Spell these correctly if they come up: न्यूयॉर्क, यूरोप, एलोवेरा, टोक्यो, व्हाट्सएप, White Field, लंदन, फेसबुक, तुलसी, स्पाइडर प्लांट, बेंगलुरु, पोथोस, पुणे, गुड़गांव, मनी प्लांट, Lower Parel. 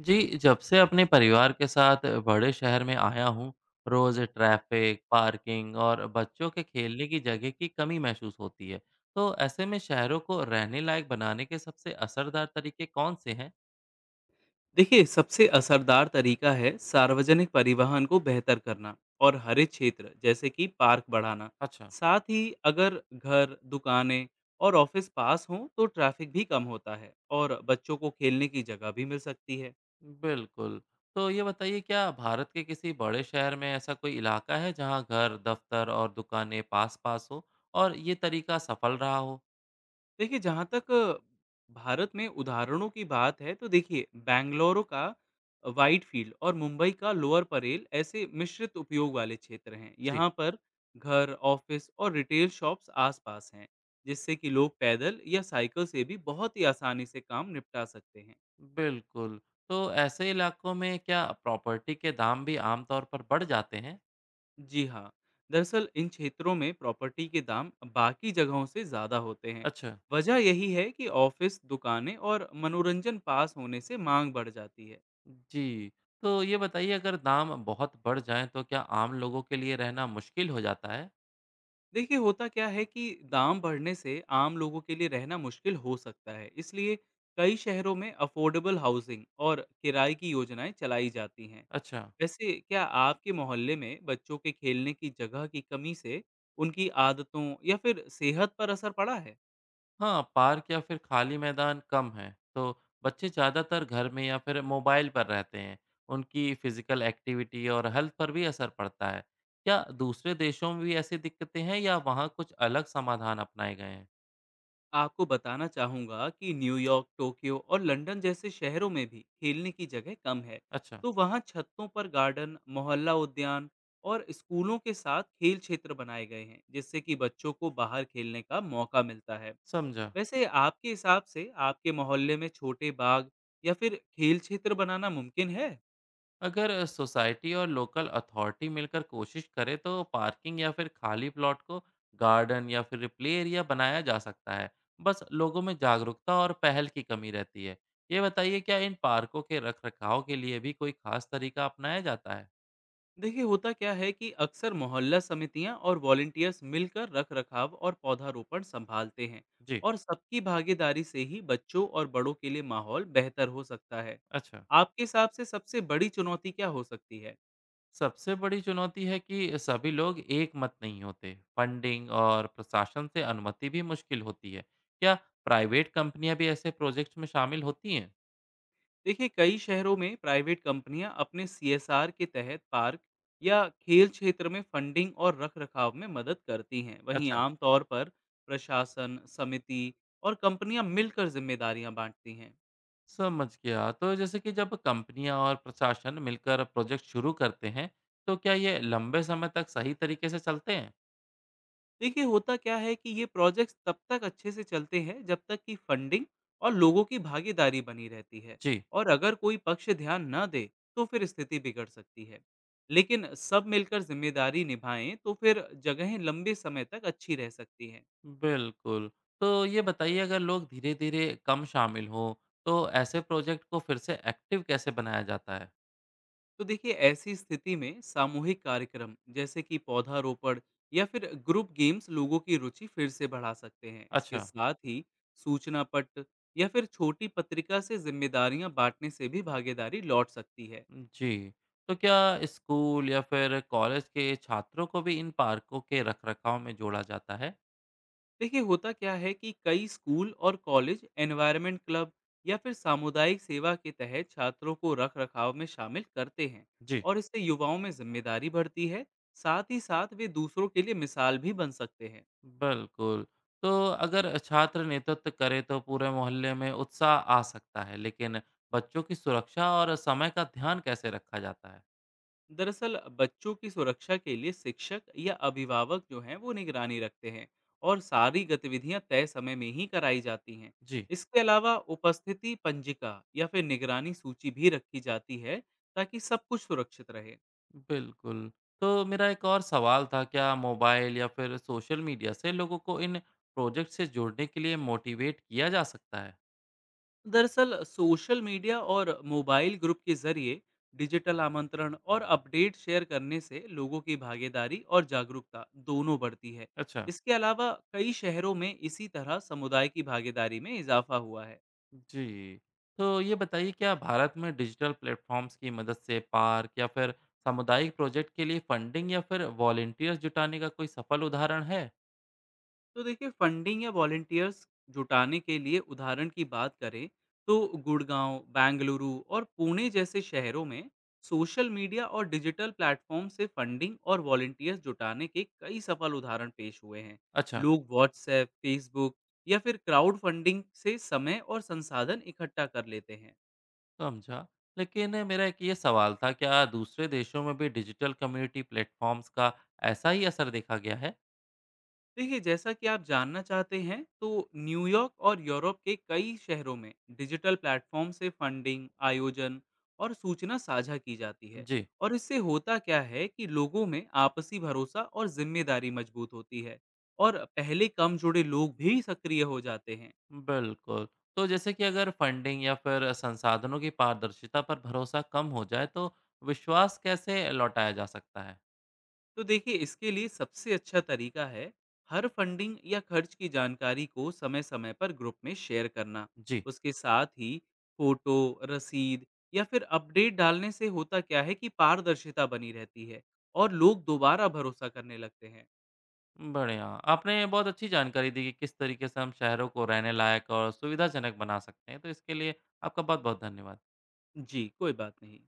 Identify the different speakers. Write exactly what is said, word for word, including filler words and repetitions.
Speaker 1: जी, जब से अपने परिवार के साथ बड़े शहर में आया हूँ, रोज़ ट्रैफ़िक, पार्किंग और बच्चों के खेलने की जगह की कमी महसूस होती है। तो ऐसे में शहरों को रहने लायक बनाने के सबसे असरदार तरीके कौन से हैं?
Speaker 2: देखिए, सबसे असरदार तरीका है सार्वजनिक परिवहन को बेहतर करना और हरे क्षेत्र जैसे कि पार्क बढ़ाना।
Speaker 1: अच्छा।
Speaker 2: साथ ही, अगर घर, दुकानें और ऑफिस पास हों तो ट्रैफिक भी कम होता है और बच्चों को खेलने की जगह भी मिल सकती है।
Speaker 1: बिल्कुल। तो ये बताइए, क्या भारत के किसी बड़े शहर में ऐसा कोई इलाका है जहाँ घर, दफ़्तर और दुकानें पास-पास हो और ये तरीका सफल रहा हो?
Speaker 2: देखिए, जहाँ तक अ, भारत में उदाहरणों की बात है, तो देखिए, बेंगलुरु का वाइट फील्ड और मुंबई का लोअर परेल ऐसे मिश्रित उपयोग वाले क्षेत्र हैं।
Speaker 1: जी।
Speaker 2: यहाँ पर घर, ऑफिस और रिटेल शॉप्स आसपास हैं, जिससे कि लोग पैदल या साइकिल से भी बहुत ही आसानी से काम निपटा सकते हैं।
Speaker 1: बिल्कुल। तो ऐसे इलाकों में क्या प्रॉपर्टी के दाम भी आम तौर पर बढ़ जाते हैं?
Speaker 2: जी हाँ, दरअसल इन क्षेत्रों में प्रॉपर्टी के दाम बाकी जगहों से ज़्यादा होते हैं।
Speaker 1: अच्छा।
Speaker 2: वजह यही है कि ऑफिस, दुकानें और मनोरंजन पास होने से मांग बढ़ जाती है।
Speaker 1: जी। तो ये बताइए, अगर दाम बहुत बढ़ जाएँ तो क्या आम लोगों के लिए रहना मुश्किल हो जाता है?
Speaker 2: देखिए, होता क्या है कि दाम बढ़ने से आम लोगों के लिए रहना मुश्किल हो सकता है, इसलिए कई शहरों में अफोर्डेबल हाउसिंग और किराए की योजनाएं चलाई जाती हैं।
Speaker 1: अच्छा।
Speaker 2: वैसे, क्या आपके मोहल्ले में बच्चों के खेलने की जगह की कमी से उनकी आदतों या फिर सेहत पर असर पड़ा है?
Speaker 1: हाँ, पार्क या फिर खाली मैदान कम हैं, तो बच्चे ज़्यादातर घर में या फिर मोबाइल पर रहते हैं। उनकी फ़िज़िकल एक्टिविटी और हेल्थ पर भी असर पड़ता है। क्या दूसरे देशों में भी ऐसी दिक्कतें हैं या वहाँ कुछ अलग समाधान अपनाए गए हैं?
Speaker 2: आपको बताना चाहूँगा कि न्यूयॉर्क, टोक्यो और लंदन जैसे शहरों में भी खेलने की जगह कम है।
Speaker 1: अच्छा,
Speaker 2: तो वहाँ छतों पर गार्डन, मोहल्ला उद्यान और स्कूलों के साथ खेल क्षेत्र बनाए गए हैं, जिससे कि बच्चों को बाहर खेलने का मौका मिलता है।
Speaker 1: समझा।
Speaker 2: वैसे, आपके हिसाब से आपके मोहल्ले में छोटे बाग या फिर खेल क्षेत्र बनाना मुमकिन है?
Speaker 1: अगर सोसाइटी और लोकल अथॉरिटी मिलकर कोशिश करे तो पार्किंग या फिर खाली प्लॉट को गार्डन या फिर प्ले एरिया बनाया जा सकता है। बस लोगों में जागरूकता और पहल की कमी रहती है। ये बताइए, क्या इन पार्कों के रख रखाव के लिए भी कोई खास तरीका अपनाया जाता है?
Speaker 2: देखिए, होता क्या है कि अक्सर मोहल्ला समितियां और वॉलेंटियर्स मिलकर रख रखाव और पौधारोपण संभालते हैं,
Speaker 1: जी।
Speaker 2: और सबकी भागीदारी से ही बच्चों और बड़ों के लिए माहौल बेहतर हो सकता है।
Speaker 1: अच्छा।
Speaker 2: आपके हिसाब से सबसे बड़ी चुनौती क्या हो सकती है?
Speaker 1: सबसे बड़ी चुनौती है कि सभी लोग एक मत नहीं होते, फंडिंग और प्रशासन से अनुमति भी मुश्किल होती है। क्या प्राइवेट कंपनियां भी ऐसे प्रोजेक्ट्स में शामिल होती हैं?
Speaker 2: देखिए, कई शहरों में प्राइवेट कंपनियां अपने सी एस आर के तहत पार्क या खेल क्षेत्र में फंडिंग और रख रखाव में मदद करती हैं। वहीं
Speaker 1: अच्छा।
Speaker 2: आमतौर पर प्रशासन, समिति और कंपनियां मिलकर जिम्मेदारियां बांटती हैं।
Speaker 1: समझ गया। तो जैसे कि जब कंपनियां और प्रशासन मिलकर प्रोजेक्ट शुरू करते हैं, तो क्या ये लंबे समय तक सही तरीके से चलते हैं?
Speaker 2: देखिए, होता क्या है कि ये प्रोजेक्ट्स तब तक अच्छे से चलते हैं जब तक कि फंडिंग और लोगों की भागीदारी बनी रहती है,
Speaker 1: जी।
Speaker 2: और अगर कोई पक्ष ध्यान न दे तो फिर स्थिति बिगड़ सकती है। लेकिन सब मिलकर जिम्मेदारी निभाएं तो फिर जगहें लंबे समय तक अच्छी रह सकती हैं।
Speaker 1: बिल्कुल। तो ये बताइए, अगर लोग धीरे धीरे कम शामिल हों तो ऐसे प्रोजेक्ट को फिर से एक्टिव कैसे बनाया जाता है?
Speaker 2: तो देखिए, ऐसी स्थिति में सामूहिक कार्यक्रम जैसे कि पौधारोपण या फिर ग्रुप गेम्स लोगों की रुचि फिर से बढ़ा सकते हैं। इसके
Speaker 1: अच्छा।
Speaker 2: साथ ही सूचना पट या फिर छोटी पत्रिका से जिम्मेदारियां बांटने से भी भागीदारी लौट सकती है।
Speaker 1: जी। तो क्या स्कूल या फिर कॉलेज के छात्रों को भी इन पार्कों के रखरखाव में जोड़ा जाता है?
Speaker 2: देखिए, होता क्या है कि कई स्कूल और कॉलेज एनवायरमेंट क्लब या फिर सामुदायिक सेवा के तहत छात्रों को रख रखाव में शामिल करते हैं,
Speaker 1: जी।
Speaker 2: और इससे युवाओं में जिम्मेदारी बढ़ती है। साथ ही साथ वे दूसरों के लिए मिसाल भी बन सकते हैं।
Speaker 1: बिल्कुल। तो अगर छात्र नेतृत्व करे तो पूरे मोहल्ले में उत्साह आ सकता है, लेकिन बच्चों की सुरक्षा और समय का ध्यान कैसे रखा जाता है?
Speaker 2: दरअसल बच्चों की सुरक्षा के लिए शिक्षक या अभिभावक जो हैं वो निगरानी रखते हैं, और सारी गतिविधियां तय समय में ही कराई जाती हैं।
Speaker 1: जी,
Speaker 2: इसके अलावा उपस्थिति पंजिका या फिर निगरानी सूची भी रखी जाती है, ताकि सब कुछ सुरक्षित रहे।
Speaker 1: बिल्कुल। तो मेरा एक और सवाल था, क्या मोबाइल या फिर सोशल मीडिया से लोगों को इन प्रोजेक्ट से जुड़ने के लिए मोटिवेट किया जा सकता है?
Speaker 2: दरअसल सोशल मीडिया और मोबाइल ग्रुप के जरिए डिजिटल आमंत्रण और अपडेट शेयर करने से लोगों की भागीदारी और जागरूकता दोनों बढ़ती है।
Speaker 1: अच्छा।
Speaker 2: इसके अलावा कई शहरों में इसी तरह समुदाय की भागीदारी में इजाफा हुआ है।
Speaker 1: जी। तो ये बताइए, क्या भारत में डिजिटल प्लेटफॉर्म्स की मदद से पार्क या फिर सामुदायिक प्रोजेक्ट के लिए फंडिंग या फिर वॉलंटियर्स जुटाने का कोई सफल उदाहरण है?
Speaker 2: तो देखिए, फंडिंग या वॉलंटियर्स जुटाने के लिए उदाहरण की बात करें तो गुड़गांव, बेंगलुरु और पुणे जैसे शहरों में सोशल मीडिया और डिजिटल प्लेटफॉर्म से फंडिंग और वॉलंटियर्स जुटाने के कई सफल उदाहरण पेश हुए हैं।
Speaker 1: अच्छा,
Speaker 2: लोग व्हाट्सएप, फेसबुक या फिर क्राउड फंडिंग से समय और संसाधन इकट्ठा कर लेते हैं।
Speaker 1: समझा। लेकिन मेरा एक ये सवाल था, क्या दूसरे देशों में भी डिजिटल कम्युनिटी प्लेटफ़ॉर्म्स का ऐसा ही असर देखा गया है?
Speaker 2: देखिए, जैसा कि आप जानना चाहते हैं, तो न्यूयॉर्क और यूरोप के कई शहरों में डिजिटल प्लेटफॉर्म से फंडिंग, आयोजन और सूचना साझा की जाती है,
Speaker 1: जी,
Speaker 2: और इससे होता क्या है कि लोगों में आपसी भरोसा और जिम्मेदारी मजबूत होती है, और पहले कम जुड़े लोग भी सक्रिय हो जाते हैं।
Speaker 1: बिल्कुल। तो जैसे कि अगर फंडिंग या फिर संसाधनों की पारदर्शिता पर भरोसा कम हो जाए, तो विश्वास कैसे लौटाया जा सकता है?
Speaker 2: तो देखिए, इसके लिए सबसे अच्छा तरीका है हर फंडिंग या खर्च की जानकारी को समय समय पर ग्रुप में शेयर करना।
Speaker 1: जी,
Speaker 2: उसके साथ ही फोटो, रसीद या फिर अपडेट डालने से होता क्या है कि पारदर्शिता बनी रहती है, और लोग दोबारा भरोसा करने लगते हैं।
Speaker 1: बढ़िया। आपने बहुत अच्छी जानकारी दी कि किस तरीके से हम शहरों को रहने लायक और सुविधाजनक बना सकते हैं, तो इसके लिए आपका बहुत-बहुत धन्यवाद।
Speaker 2: जी, कोई बात नहीं।